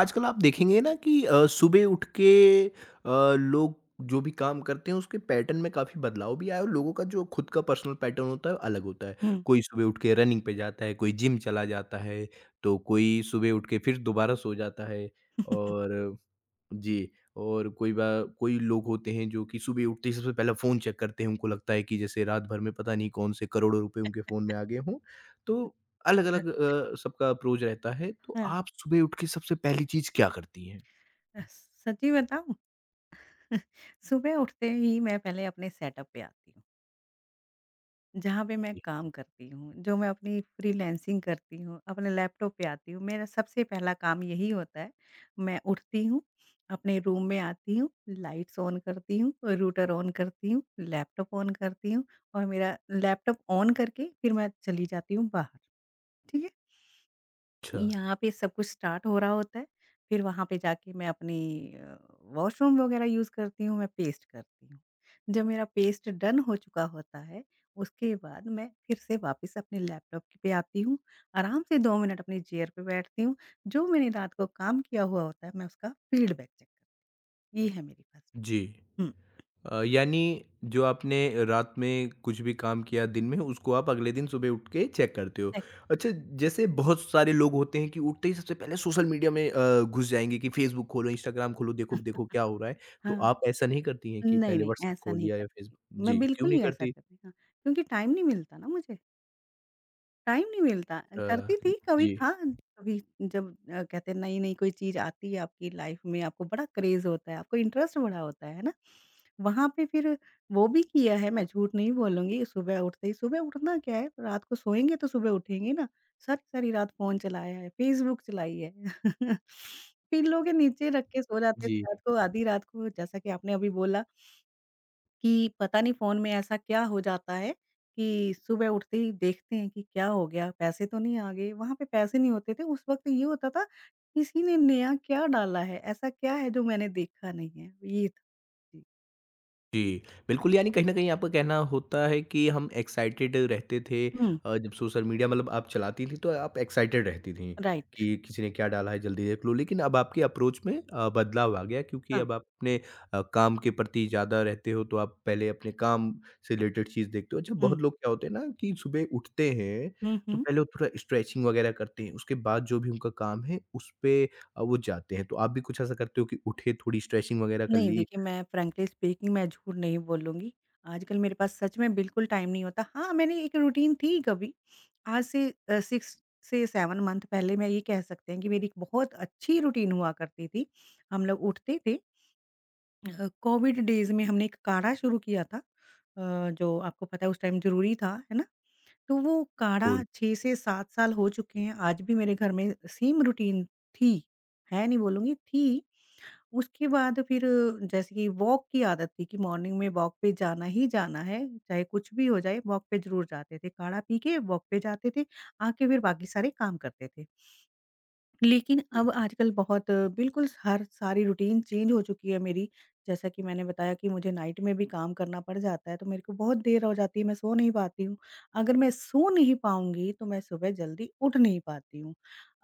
आजकल आप देखेंगे ना कि सुबह उठ के अ, लोग जो भी काम करते हैं उसके पैटर्न में काफ़ी बदलाव भी आया और लोगों का जो खुद का पर्सनल पैटर्न होता है अलग होता है। हुँ। कोई सुबह उठ के रनिंग पे जाता है, कोई जिम चला जाता है, तो कोई सुबह उठ के फिर दोबारा सो जाता है और जी, और कोई लोग होते हैं जो कि सुबह उठते ही सबसे पहले फ़ोन चेक करते हैं, उनको लगता है कि जैसे रात भर में पता नहीं कौन से करोड़ों रुपए उनके फ़ोन में आ गए हों। तो अ, अलग-अलग सबका अप्रोच रहता है, तो हाँ। आप सुबह उठ के सबसे पहली चीज़ क्या करती हैं? अ, सच्ची बताऊँ? सुबह उठते ही मैं पहले अपने सेटअप पे आती हूँ, जहाँ पे मैं काम करती हूँ, जो मैं अपनी फ्रीलांसिंग करती हूँ, अपने लैपटॉप पे आती हूँ। मेरा सबसे पहला काम यही होता है, मैं उठती हूँ, अपने रूम में आती हूँ, लाइट्स ऑन करती हूँ, रूटर ऑन करती हूँ, लैपटॉप ऑन करती हूँ और मेरा लैपटॉप ऑन करके फिर मैं चली जाती हूँ बाहर, ठीक है? अच्छा। यहाँ पे सब कुछ स्टार्ट हो रहा होता है, फिर वहाँ पे जाके मैं अपनी वॉशरूम वगैरह यूज़ करती हूँ, मैं पेस्ट करती हूँ। जब मेरा पेस्ट डन हो चुका होता है, उसके बाद मैं फिर से वापस अपने लैपटॉप के पे आती हूँ, आराम से 2 मिनट अपनी चेयर पे बैठती हूँ, जो मैंने रात को काम किया हुआ होता है, मैं उसका फीडबैक चेक करती हूँ। ये है मेरी फर्स्ट जी। हुँ। यानी जो आपने रात में कुछ भी काम किया दिन में उसको आप अगले दिन सुबह उठ के चेक करते हो। चेक। अच्छा जैसे बहुत सारे लोग होते हैं कि उठते ही सबसे पहले सोशल मीडिया में घुस जाएँगे कि फ़ेसबुक खोलो, इंस्टाग्राम खोलो, देखो देखो क्या हो रहा है। तो हाँ। आप ऐसा नहीं करती हैं कि नहीं, पहले नहीं व्हाट्सएप ऐसा खोल नहीं लिया या फ़ेसबुक? करती, जी, मैं क्यों बिल्कुल नहीं नहीं ऐसा करती? करती हाँ, क्योंकि टाइम नहीं मिलता ना मुझे। टाइम नहीं मिलता। अ, करती थी, कभी जी, था, कभी जब कहते हैं नई-नई कोई चीज़ आती है आपकी लाइफ़ में, आपको बड़ा क्रेज़ होता है, आपको इंटरेस्ट बड़ा होता है ना? वहाँ पे फिर वो भी किया है, मैं झूठ नहीं बोलूँगी, सुबह उठते ही सुबह उठना क्या है, रात को सोएँगे तो सुबह उठेंगे ना। सारी-सारी रात फ़ोन चलाया है, फ़ेसबुक चलाई है। पिल्लो के नीचे रख के सो जाते जी। थे रात को, आधी रात को, जैसा कि आपने अभी बोला कि पता नहीं फ़ोन में ऐसा क्या हो जाता है कि सुबह उठते ही देखते हैं कि क्या हो गया, पैसे तो नहीं आ गए। वहाँ पे पैसे नहीं होते थे, उस वक़्त ये होता था किसी ने नया क्या डाला है, ऐसा क्या है जो मैंने देखा नहीं है? ये था। जी। जी, बिल्कुल यानी कहीं न कहीं आपका कहना होता है कि हम एक्साइटेड रहते थे, हुँ, जब सोशल मीडिया मतलब आप चलाती थी तो आप एक्साइटेड रहती थी राइट। कि किसी ने क्या डाला है जल्दी देख लो। लेकिन अब आपकी अप्रोच में बदलाव आ गया क्योंकि हाँ। अब आप अपने काम के प्रति ज़्यादा रहते हो तो आप पहले अपने काम से रिलेटेड चीज़ देखते हो। अच्छा हुँ। बहुत लोग क्या होते हैं ना कि सुबह उठते हैं हुँ, तो हुँ। पहले वो थोड़ा स्ट्रेचिंग वगैरह करते हैं, उसके बाद जो भी उनका काम है उस पे वो जाते हैं। तो आप भी कुछ ऐसा करते हो कि उठे थोड़ी स्ट्रेचिंग वगैरह कर नहीं, ली? देखिए मैं फ्रैंकली स्पीकिंग मैं झूठ नहीं बोलूँगी। आजकल मेरे पास सच में बिल्कुल टाइम नहीं होता। हाँ, मैंने एक रूटीन थी कभी, आज से 6 से 7 मंथ पहले मैं ये कह सकते हैं कि मेरी एक बहुत अच्छी रूटीन हुआ करती थी। हम लोग उठते थे कोविड डेज़ में हमने एक काढ़ा शुरू किया था जो आपको पता है उस टाइम ज़रूरी था, है ना? तो वो काढ़ा बिल्कुल, 6 से 7 साल हो चुके हैं, आज भी मेरे घर में सेम रूटीन थी, है नहीं बोलूँगी थी। उसके बाद फिर जैसे कि वॉक की आदत थी कि मॉर्निंग में वॉक पे जाना ही जाना है, चाहे कुछ भी हो जाए वॉक पे ज़रूर जाते थे। काढ़ा पी के वॉक पे जाते थे, आके फिर बाकी सारे काम करते थे। लेकिन अब आजकल बहुत बिल्कुल हर सारी रूटीन चेंज हो चुकी है मेरी। जैसा कि मैंने बताया कि मुझे नाइट में भी काम करना पड़ जाता है, तो मेरे को बहुत देर हो जाती है, मैं सो नहीं पाती हूँ। अगर मैं सो नहीं पाऊँगी, तो मैं सुबह जल्दी उठ नहीं पाती हूँ।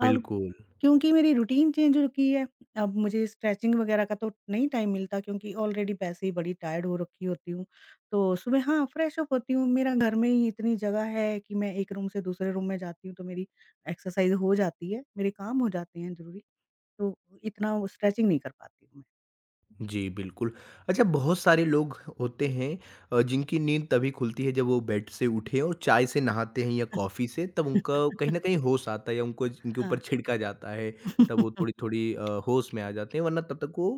अब बिल्कुल। क्योंकि मेरी रूटीन चेंज हो रखी है। अब मुझे स्ट्रेचिंग वगैरह का तो नहीं टाइम मिलता क्योंकि ऑलरेडी वैसे ही बड़ी टायर्ड हो रखी होती हूँ। तो सुबह हाँ, फ्रेश अप होती हूँ। मेरा घर में ही इतनी जगह है कि मैं एक रूम से दूसरे रूम में जाती हूँ तो मेरी एक्सरसाइज़ हो जाती है, मेरे काम हो जाते हैं ज़रूरी। तो इतना वो स्ट्रेचिंग नहीं कर पाती हूँ मैं। जी, बिल्कुल। अच्छा बहुत सारे लोग होते हैं जिनकी नींद तभी खुलती है जब वो बेड से उठे और चाय से नहाते हैं या कॉफ़ी से तब उनका कहीं न कहीं होश आता है या उनको उनके ऊपर हाँ। छिड़का जाता है, तब वो थोड़ी-थोड़ी होश में आ जाते हैं वरना तब तक वो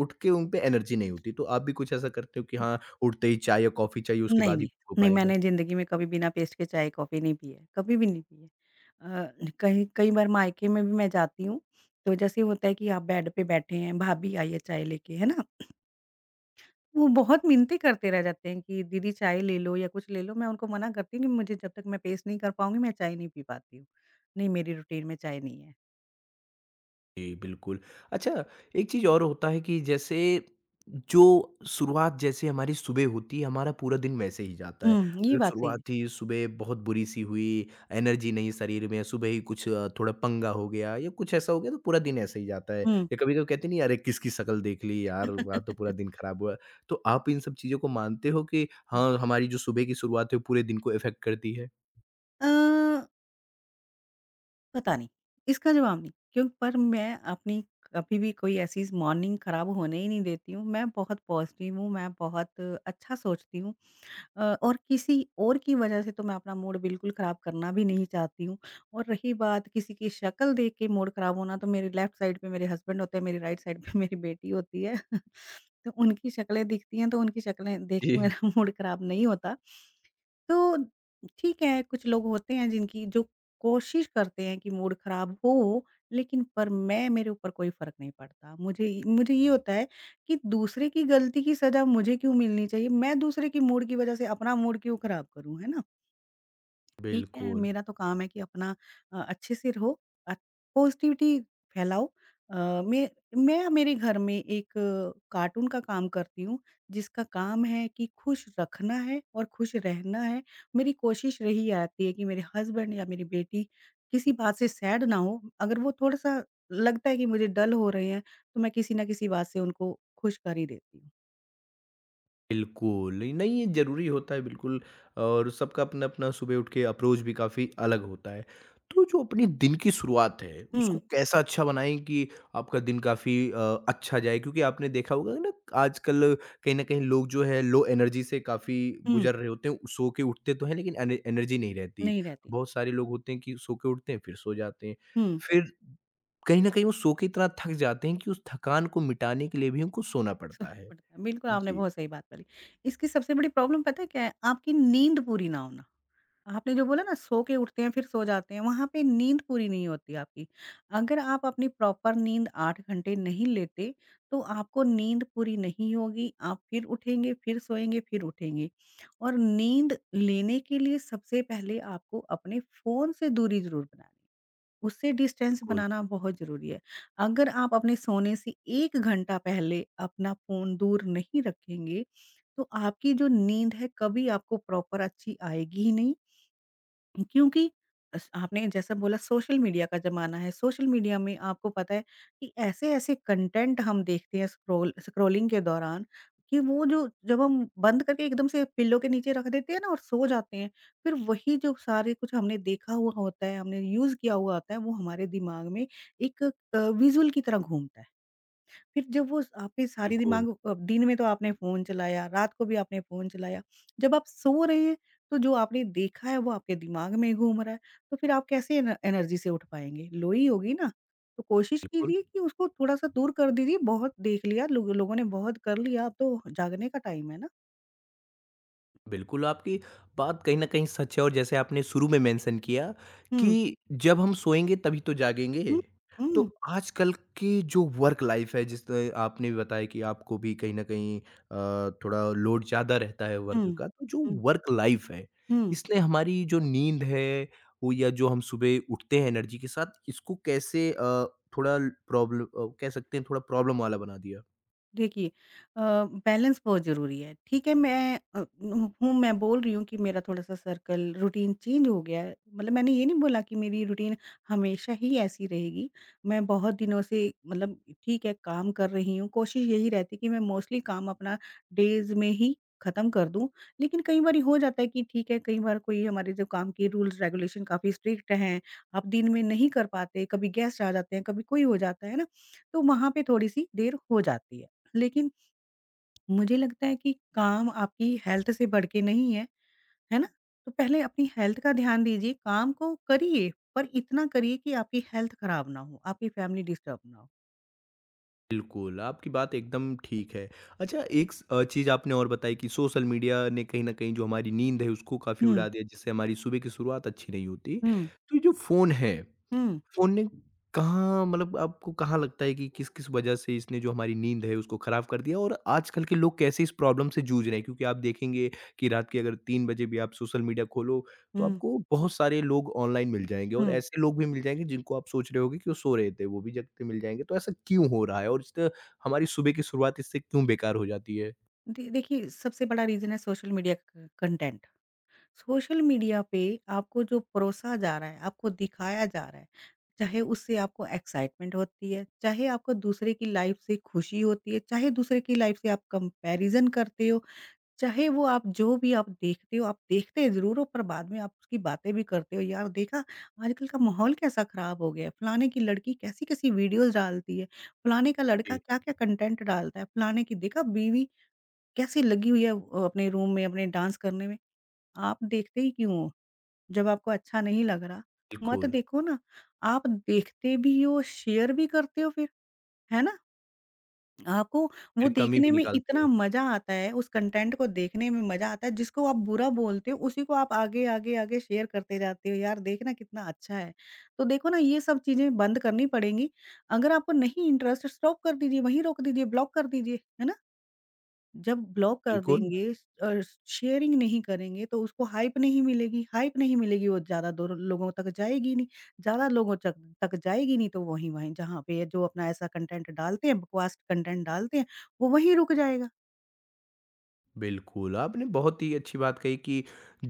उठ के उन पे एनर्जी नहीं होती। तो आप भी कुछ ऐसा करते हो कि हाँ, उठते ही चाय या कॉफ़ी चाहिए उसके नहीं, बाद ही नहीं। कुछ हो नहीं, पाएगा? मैंने ज़िंदगी में कभी बिना पेस्ट के चाय, कॉफ़ी नहीं पी है, कभी भी नहीं पी है। कहीं कई बार मायके में भी मैं जाती हूँ, तो जैसे होता है कि आप बेड पे बैठे हैं, भाभी आई है चाय लेके, है ना? वो बहुत मिन्नतें करते रह जाते हैं कि दीदी चाय ले लो या कुछ ले लो, मैं उनको मना करती हूँ कि मुझे जब तक मैं पेस्ट नहीं कर पाऊँगी, मैं चाय नहीं पी पाती हूँ। नहीं, मेरी रूटीन में चाय नहीं है। जी, बिल्कुल। अच्छा एक चीज़ और होता है कि जैसे जो शुरुआत जैसे हमारी सुबह होती है, हमारा पूरा दिन वैसे ही जाता है। हुँ, ये अगर बात सही है। शुरुआत ही सुबह बहुत बुरी-सी हुई, एनर्जी नहीं शरीर में, सुबह ही कुछ थोड़ा पंगा हो गया या कुछ ऐसा हो गया तो पूरा दिन ऐसे ही जाता है। हुँ। या कभी-कभी कहते नहीं अरे किसकी शक्ल देख ली यार, आज तो पूरा दिन खराब हुआ। तो आप इन सब चीज़ों को मानते हो कि हाँ, हमारी जो सुबह की शुरुआत है वो पूरे दिन को इफ़ेक्ट करती है? अ पता नहीं, इसका जवाब नहीं। क्यों पर मैं अपनी कभी भी कोई ऐसी मॉर्निंग खराब होने ही नहीं देती हूँ। मैं बहुत पॉज़िटिव हूँ, मैं बहुत अच्छा सोचती हूँ। और किसी और की वजह से तो मैं अपना मूड बिल्कुल ख़राब करना भी नहीं चाहती हूँ। और रही बात किसी की शक्ल देख के मूड ख़राब होना तो मेरी लेफ़्ट साइड पे मेरे हस्बैंड होते हैं, मेरी राइट साइड पे मेरी बेटी होती है। तो उनकी शक्लें दिखती हैं तो उनकी शक्लें देख के जी। मेरा मूड ख़राब नहीं होता। तो ठीक है, कुछ लोग होते हैं जिनकी जो कोशिश करते हैं कि मूड ख़राब हो, लेकिन पर मैं मेरे ऊपर कोई फ़र्क नहीं पड़ता। मुझे मुझे ये होता है कि दूसरे की गलती की सज़ा मुझे क्यों मिलनी चाहिए? मैं दूसरे की मूड की वज़ह से अपना मूड क्यों ख़राब करूँ, है ना? ठीक है, बिल्कुल। मेरा तो काम है कि अपना अच्छे से रहो, अ, पॉज़िटिविटी फैलाओ। अ, मैं मैं मेरे घर में एक कार्टून का काम करती हूँ, जिसका काम है कि खुश रखना है और खुश रहना है। मेरी कोशिश रही आती है कि मेरे हस्बैंड या मेरी बेटी किसी बात से सैड ना हो। अगर वो थोड़ा-सा लगता है कि मुझे डल हो रहे हैं, तो मैं किसी न किसी बात से उनको खुश कर ही देती हूँ। बिल्कुल, नहीं ये ज़रूरी होता है बिल्कुल और सबका अपना-अपना सुबह उठ के अप्रोच भी काफ़ी अलग होता है। तो जो अपनी दिन की शुरुआत है, उसको हुँ, कैसा अच्छा बनाएँ कि आपका दिन काफ़ी अच्छा जाए? क्योंकि आपने देखा होगा ना आजकल कहीं न कहीं लोग जो है लो एनर्जी से काफ़ी हुँ, गुज़र रहे होते हैं, सो के उठते तो हैं लेकिन एन एनर्जी नहीं रहती। नहीं रहती। बहुत सारे लोग होते हैं कि सो के उठते हैं, फिर सो जाते हैं। हुँ। फिर कहीं न कहीं वो सो के इतना थक जाते हैं कि उस थकान को मिटाने के लिए भी उनको सोना पड़ता सोना है। पड़ता है। बिल्कुल, आपने जी, बहुत सही बात बोली। इसकी सबसे बड़ी प्रॉब्लम पता है क्या है? आपकी नींद पूरी ना होना। आपने जो बोला ना सो के उठते हैं फिर सो जाते हैं, वहाँ पे नींद पूरी नहीं होती आपकी। अगर आप अपनी प्रॉपर नींद 8 घंटे नहीं लेते, तो आपको नींद पूरी नहीं होगी, आप फिर उठेंगे, फिर सोएँगे, फिर उठेंगे। और नींद लेने के लिए सबसे पहले आपको अपने फ़ोन से दूरी ज़रूर बनानी उससे डिस्टेंस बिल्कुल। बनाना बहुत ज़रूरी है। अगर आप अपने सोने से 1 घंटा पहले अपना फ़ोन दूर नहीं रखेंगे, तो आपकी जो नींद है, कभी आपको प्रॉपर अच्छी आएगी ही नहीं क्योंकि अस आपने जैसा बोला सोशल मीडिया का ज़माना है, सोशल मीडिया में आपको पता है कि ऐसे-ऐसे कंटेंट हम देखते हैं स्क्रॉलिंग के दौरान कि वो जो जब हम बंद करके एकदम से पिल्लो के नीचे रख देते हैं ना और सो जाते हैं, फिर वही जो सारे कुछ हमने देखा हुआ होता है, हमने यूज़ किया हुआ होता है, वो हमारे दिमाग में एक विज़ुअल की तरह घूमता है। फिर जब वो आपकी सारी बिल्कुल, दिमाग दिन में तो आपने फ़ोन चलाया, रात को भी आपने फ़ोन चलाया, जब आप सो रहे हैं तो जो आपने देखा है वो आपके दिमाग में घूम रहा है, तो फिर आप कैसे एन एनर्जी से उठ पाएँगे? लो ही होगी ना। तो कोशिश बिल्कुल, कीजिए कि उसको थोड़ा-सा दूर कर दीजिए, बहुत देख लिया लोगों ने बहुत कर लिया, अब तो जागने का टाइम है ना। बिल्कुल आपकी बात कहीं न कहीं सच है और जैसे आपने शुरू में मेंशन किया हुँ, कि जब हम सोएँगे तभी तो जागेंगे। हुँ, तो हुँ, आजकल की जो वर्क लाइफ़ है जिस तरह आपने भी बताया कि आपको भी कहीं न कहीं थोड़ा लोड ज़्यादा रहता है वर्क हुँ, का, तो जो हुँ, वर्क लाइफ़ है, हुँ। इसने हमारी जो नींद है वो या जो हम सुबह उठते हैं एनर्जी के साथ इसको कैसे थोड़ा कह सकते हैं थोड़ा प्रॉब्लम वाला बना दिया? देखिए अ, बैलेंस बहुत ज़रूरी है। ठीक है, मैं हूँ मैं बोल रही हूँ कि मेरा थोड़ा-सा सर्कल रूटीन चेंज हो गया है। मतलब मैंने ये नहीं बोला कि मेरी रूटीन हमेशा ही ऐसी रहेगी। मैं बहुत दिनों से मतलब ठीक है, काम कर रही हूँ। कोशिश यही रहती है कि मैं मोस्टली काम अपना डेज़ में ही ख़त्म कर दूँ। लेकिन कई बारी हो जाता है कि ठीक है, कई बार कोई हमारे जो काम के रूल्स रेगुलेशन काफ़ी स्ट्रिक्ट हैं, आप दिन में नहीं कर पाते, कभी गेस्ट आ जाते हैं, कभी कोई हो जाता है ना, तो वहाँ पे थोड़ी-सी देर हो जाती है। लेकिन मुझे लगता है कि काम आपकी हेल्थ से बढ़ के नहीं है, है ना? तो पहले अपनी हेल्थ का ध्यान दीजिए, काम को करिए, पर इतना करिए कि आपकी हेल्थ खराब ना हो, आपकी फैमिली डिस्टर्ब ना हो। बिल्कुल, आपकी बात एकदम ठीक है। अच्छा एक चीज़ आपने और बताई कि सोशल मीडिया ने कहीं न कहीं जो हमारी नींद है उसको काफ़ी हुँ, उड़ा दिया जिससे हमारी सुबह की शुरुआत अच्छी नहीं होती। हुँ, तो ये जो फ़ोन है हुँ, फ़ोन ने कहाँ मतलब आपको कहाँ लगता है कि किस-किस वजह से इसने जो हमारी नींद है उसको ख़राब कर दिया और आजकल के लोग कैसे इस प्रॉब्लम से जूझ रहे हैं? क्योंकि आप देखेंगे कि रात के अगर 3 बजे भी आप सोशल मीडिया खोलो, तो हुँ, आपको बहुत सारे लोग ऑनलाइन मिल जाएँगे और हुँ। ऐसे लोग भी मिल जाएँगे जिनको आप सोच रहे होंगे कि वो सो रहे थे, वो भी जगते मिल जाएँगे। तो ऐसा क्यों हो रहा है और इससे हमारी सुबह की शुरुआत इससे क्यों बेकार हो जाती है? दे देखिए, सबसे बड़ा रीज़न है सोशल मीडिया क कंटेंट। सोशल मीडिया पे आपको जो परोसा जा रहा है, आपको दिखाया जा रहा है, चाहे उससे आपको एक्साइटमेंट होती है, चाहे आपको दूसरे की लाइफ़ से खुशी होती है, चाहे दूसरे की लाइफ़ से आप कंपैरिज़न करते हो चाहे वो आप जो भी आप देखते हो, आप देखते ज़रूर हो पर बाद में आप उसकी बातें भी करते हो, यार देखा आजकल का माहौल कैसा ख़राब हो गया है, फलाने की लड़की कैसी-कैसी वीडियोज़ डालती है, फलाने का लड़का जी, क्या-क्या कंटेंट डालता है, फलाने की देखा बीवी कैसी लगी हुई है अपने रूम में अपने डांस करने में। आप देखते ही क्यों हो? जब आपको अच्छा नहीं लग रहा, मत बिल्कुल। देखो ना। आप देखते भी हो, शेयर भी करते हो फिर, है ना? आपको वो फिर कमी भी देखने में निकालते इतना हो। मज़ा आता है, उस कंटेंट को देखने में मज़ा आता है, जिसको आप बुरा बोलते हो, उसी को आप आगे, आगे, आगे शेयर करते जाते हो, यार देखना कितना अच्छा है। तो देखो ना ये सब चीज़ें बंद करनी पड़ेंगी। अगर आपको नहीं इंटरेस्ट स्टॉप कर दीजिए, वहीं रोक दीजिए, ब्लॉक कर दीजिए, है ना? जब ब्लॉक कर बिल्कुल। देंगे और शेयरिंग नहीं करेंगे तो उसको हाइप नहीं मिलेगी वो ज़्यादा दूर लोगों तक जाएगी नहीं, ज़्यादा लोगों तक तक जाएगी नहीं तो वहीं-वहीं जहाँ पे ये जो अपना ऐसा कंटेंट डालते हैं, बकवास कंटेंट डालते हैं, वो वहीं रुक जाएगा। बिल्कुल, आपने बहुत ही अच्छी बात कही कि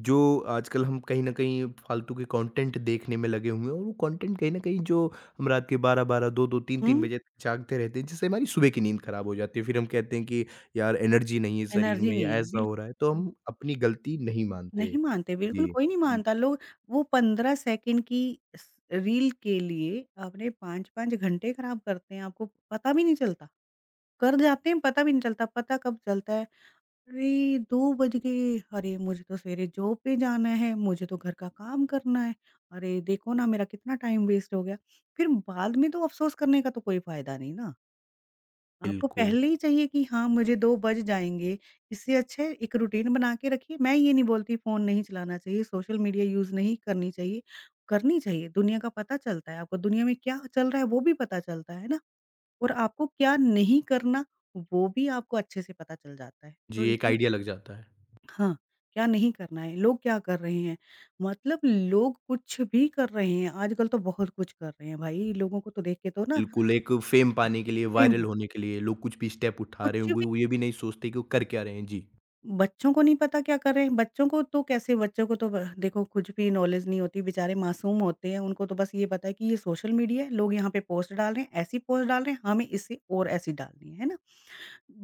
जो आजकल हम कहीं न कहीं फालतू के कंटेंट देखने में लगे हुए हैं और वो कंटेंट कहीं न कहीं जो हम रात के 12-12, 2-2, 3-3 हुँ, बजे तक जागते रहते हैं, जिससे हमारी सुबह की नींद खराब हो जाती है। फिर हम कहते हैं कि यार एनर्जी नहीं है शरीर एनर्जी में नहीं या है, ऐसा हो बिल्कुल। रहा है, तो हम अपनी गलती नहीं मानते। नहीं मानते, बिल्कुल जी, कोई नहीं बिल मानता। लोग वो 15 सेकंड की स रील के लिए अपने 5-5 घंटे खराब करते हैं, आपको पता भी नहीं चलता। कर जाते हैं, पता भी नहीं चलता, पता कब चलता है, अरे 2 बज गए, अरे मुझे तो सवेरे जॉब पे जाना है, मुझे तो घर का काम करना है, अरे देखो ना मेरा कितना टाइम वेस्ट हो गया। फिर बाद में तो अफ़सोस करने का तो कोई फ़ायदा नहीं ना, आपको बिल्कुल। पहले ही चाहिए कि हाँ मुझे 2 बज जाएँगे, इससे अच्छा है एक रूटीन बना के रखिए। मैं ये नहीं बोलती फ़ोन नहीं चलाना चाहिए, सोशल मीडिया यूज़ नहीं करनी चाहिए, करनी चाहिए, दुनिया का पता चलता है आपको, दुनिया में क्या चल रहा है वो भी पता चलता है ना और आपको क्या नहीं करना, वो भी आपको अच्छे से पता चल जाता है। जी, तो एक इसलिए आइडिया लग जाता है। हाँ, क्या नहीं करना है, लोग क्या कर रहे हैं, मतलब लोग कुछ भी कर रहे हैं, आजकल तो बहुत कुछ कर रहे हैं भाई, लोगों को तो देख के तो ना बिल्कुल, एक फेम पाने के लिए, प्रेम वायरल बन होने के लिए लोग कुछ भी स्टेप उठा रहे हैं, कुछ वो भी वो ये भी नहीं सोचते कि वो कर क्या रहे हैं। जी। बच्चों को नहीं पता क्या कर रहे हैं, बच्चों को तो ब देखो कुछ भी नॉलेज नहीं होती, बेचारे मासूम होते हैं, उनको तो बस ये पता है कि ये सोशल मीडिया है, लोग यहाँ पे पोस्ट डाल रहे हैं, ऐसी पोस्ट डाल रहे हैं, हमें इससे और ऐसी डालनी है ना?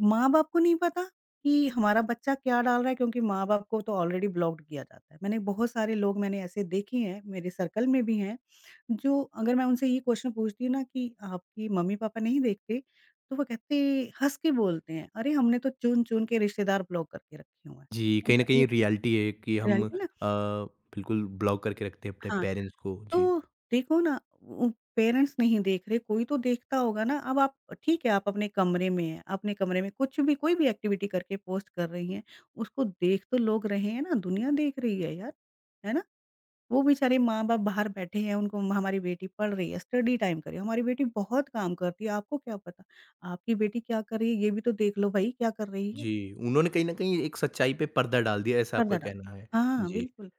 माँ-बाप को नहीं पता कि हमारा बच्चा क्या डाल रहा है क्योंकि माँ-बाप को तो ऑलरेडी ब्लॉक्ड किया जाता है। मैंने बहुत सारे लोग मैंने ऐसे देखे हैं, मेरे सर्कल में भी हैं, जो अगर मैं उनसे ये क्वेश्चन पूछती हूँ ना कि आपकी मम्मी-पापा नहीं देखते? तो वो कहते हँस के बोलते हैं, अरे हमने तो चुन-चुन के रिश्तेदार ब्लॉक करके रखे हुए हैं। जी, कहीं न उनका ये कहीं रियलिटी है कि रियलिटी ना बिल्कुल ब्लॉक करके रखते हैं अपने हाँ। पेरेंट्स को। जी। तो देखो ना उ पेरेंट्स नहीं देख रहे, कोई तो देखता होगा ना। अब आप ठीक है, आप अपने कमरे में हैं, अपने कमरे में कुछ भी कोई भी एक्टिविटी करके पोस्ट कर रही हैं, उसको देख तो लोग रहे हैं ना, दुनिया देख रही है यार, है ना? वो बेचारे माँ-बाप बाहर बैठे हैं, उनको हमारी बेटी पढ़ रही है, स्टडी टाइम कर रही है, हमारी बेटी बहुत काम करती है, आपको क्या पता? आपकी बेटी क्या कर रही है, ये भी तो देख लो भई, क्या कर रही है? जी, उन्होंने कहीं न कहीं एक सच्चाई पे पर्दा डाल दिया ऐसा आपका पर्दा डाल कहना है। हाँ, जी। बिल्कुल।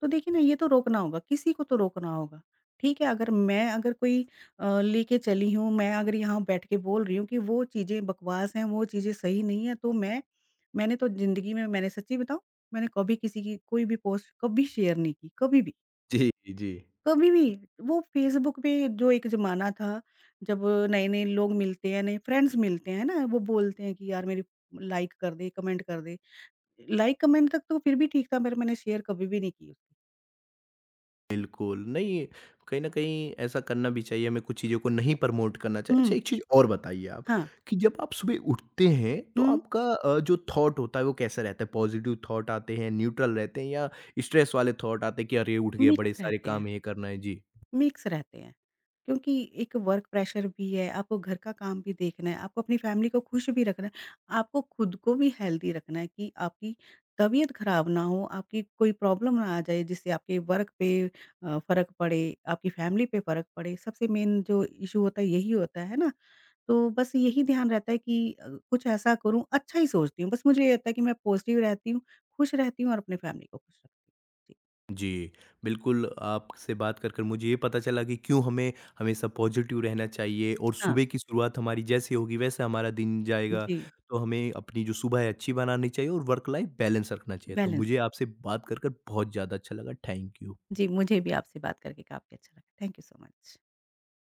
तो देखिए ना ये तो रोकना होगा, किसी को तो रोकना होगा। ठीक है, अगर कोई लेके चली हूँ, मैं अगर यहाँ बैठ के बोल रही हूँ कि वो चीज़ें बकवास हैं, वो चीज़ें सही नहीं है मैंने तो ज़िंदगी में मैंने सच्ची बताऊँ, मैंने कभी किसी की कोई भी पोस्ट कभी शेयर नहीं की, कभी भी, जी, जी। कभी भी। वो फ़ेसबुक पे जो एक ज़माना था, जब नए-नए लोग मिलते हैं, नए फ्रेंड्स मिलते हैं ना, वो बोलते हैं कि यार मेरी लाइक कर दे, कमेंट कर दे। लाइक कमेंट तक तो फिर भी ठीक था पर मैंने शेयर कभी भी नहीं की उसकी। बिल्कुल, नहीं कहीं न कहीं ऐसा करना भी चाहिए, हमें कुछ चीज़ों को नहीं प्रमोट करना चाहिए। अच्छा हुँ, एक चीज़ और बताइए आप हाँ। कि जब आप सुबह उठते हैं तो हुँ, आपका जो थॉट होता है वो कैसा रहता है? पॉज़िटिव थॉट आते हैं, न्यूट्रल रहते हैं या स्ट्रेस वाले थॉट आते हैं कि अरे! उठ गए मिक्स बड़े सारे रहते हैं, काम ये करना है? जी। मिक्स रहते हैं। क्योंकि एक वर्क प्रेशर भी है, आपको घर का काम भी देखना है, आपको अपनी फैमिली को खुश भी रखना है, आपको खुद को भी हेल्दी रखना है कि आपकी तबीयत खराब ना हो, आपकी कोई प्रॉब्लम ना आ जाए जिससे आपके वर्क पे फ़र्क पड़े, आपकी फैमिली पे फ़र्क पड़े। सबसे मेन जो इश्यू होता है यही होता है ना? तो बस यही ध्यान रहता है कि कुछ ऐसा करूँ, अच्छा ही सोचती हूँ। बस मुझे ये रहता है कि मैं पॉज़िटिव रहती हूँ, खुश रहती हूँ और अपनी फैमिली को खुश रखती हूँ। जी। जी, बिल्कुल आपसे कर मुझे ये पता चला कि क्यों हमें हमेशा पॉज़िटिव रहना चाहिए और हाँ, सुबह की शुरुआत हमारी जैसे होगी वैसे हमारा दिन जाएगा। जी। तो हमें अपनी जो सुबह है अच्छी बनानी चाहिए और वर्क लाइफ़ बैलेंस रखना चाहिए। तो बैलेंस मुझे आपसे कर बहुत ज़्यादा अच्छा लगा। Thank you. जी मुझे भी आपसे बात करके काफ़ी अच्छा लगा। Thank you so much.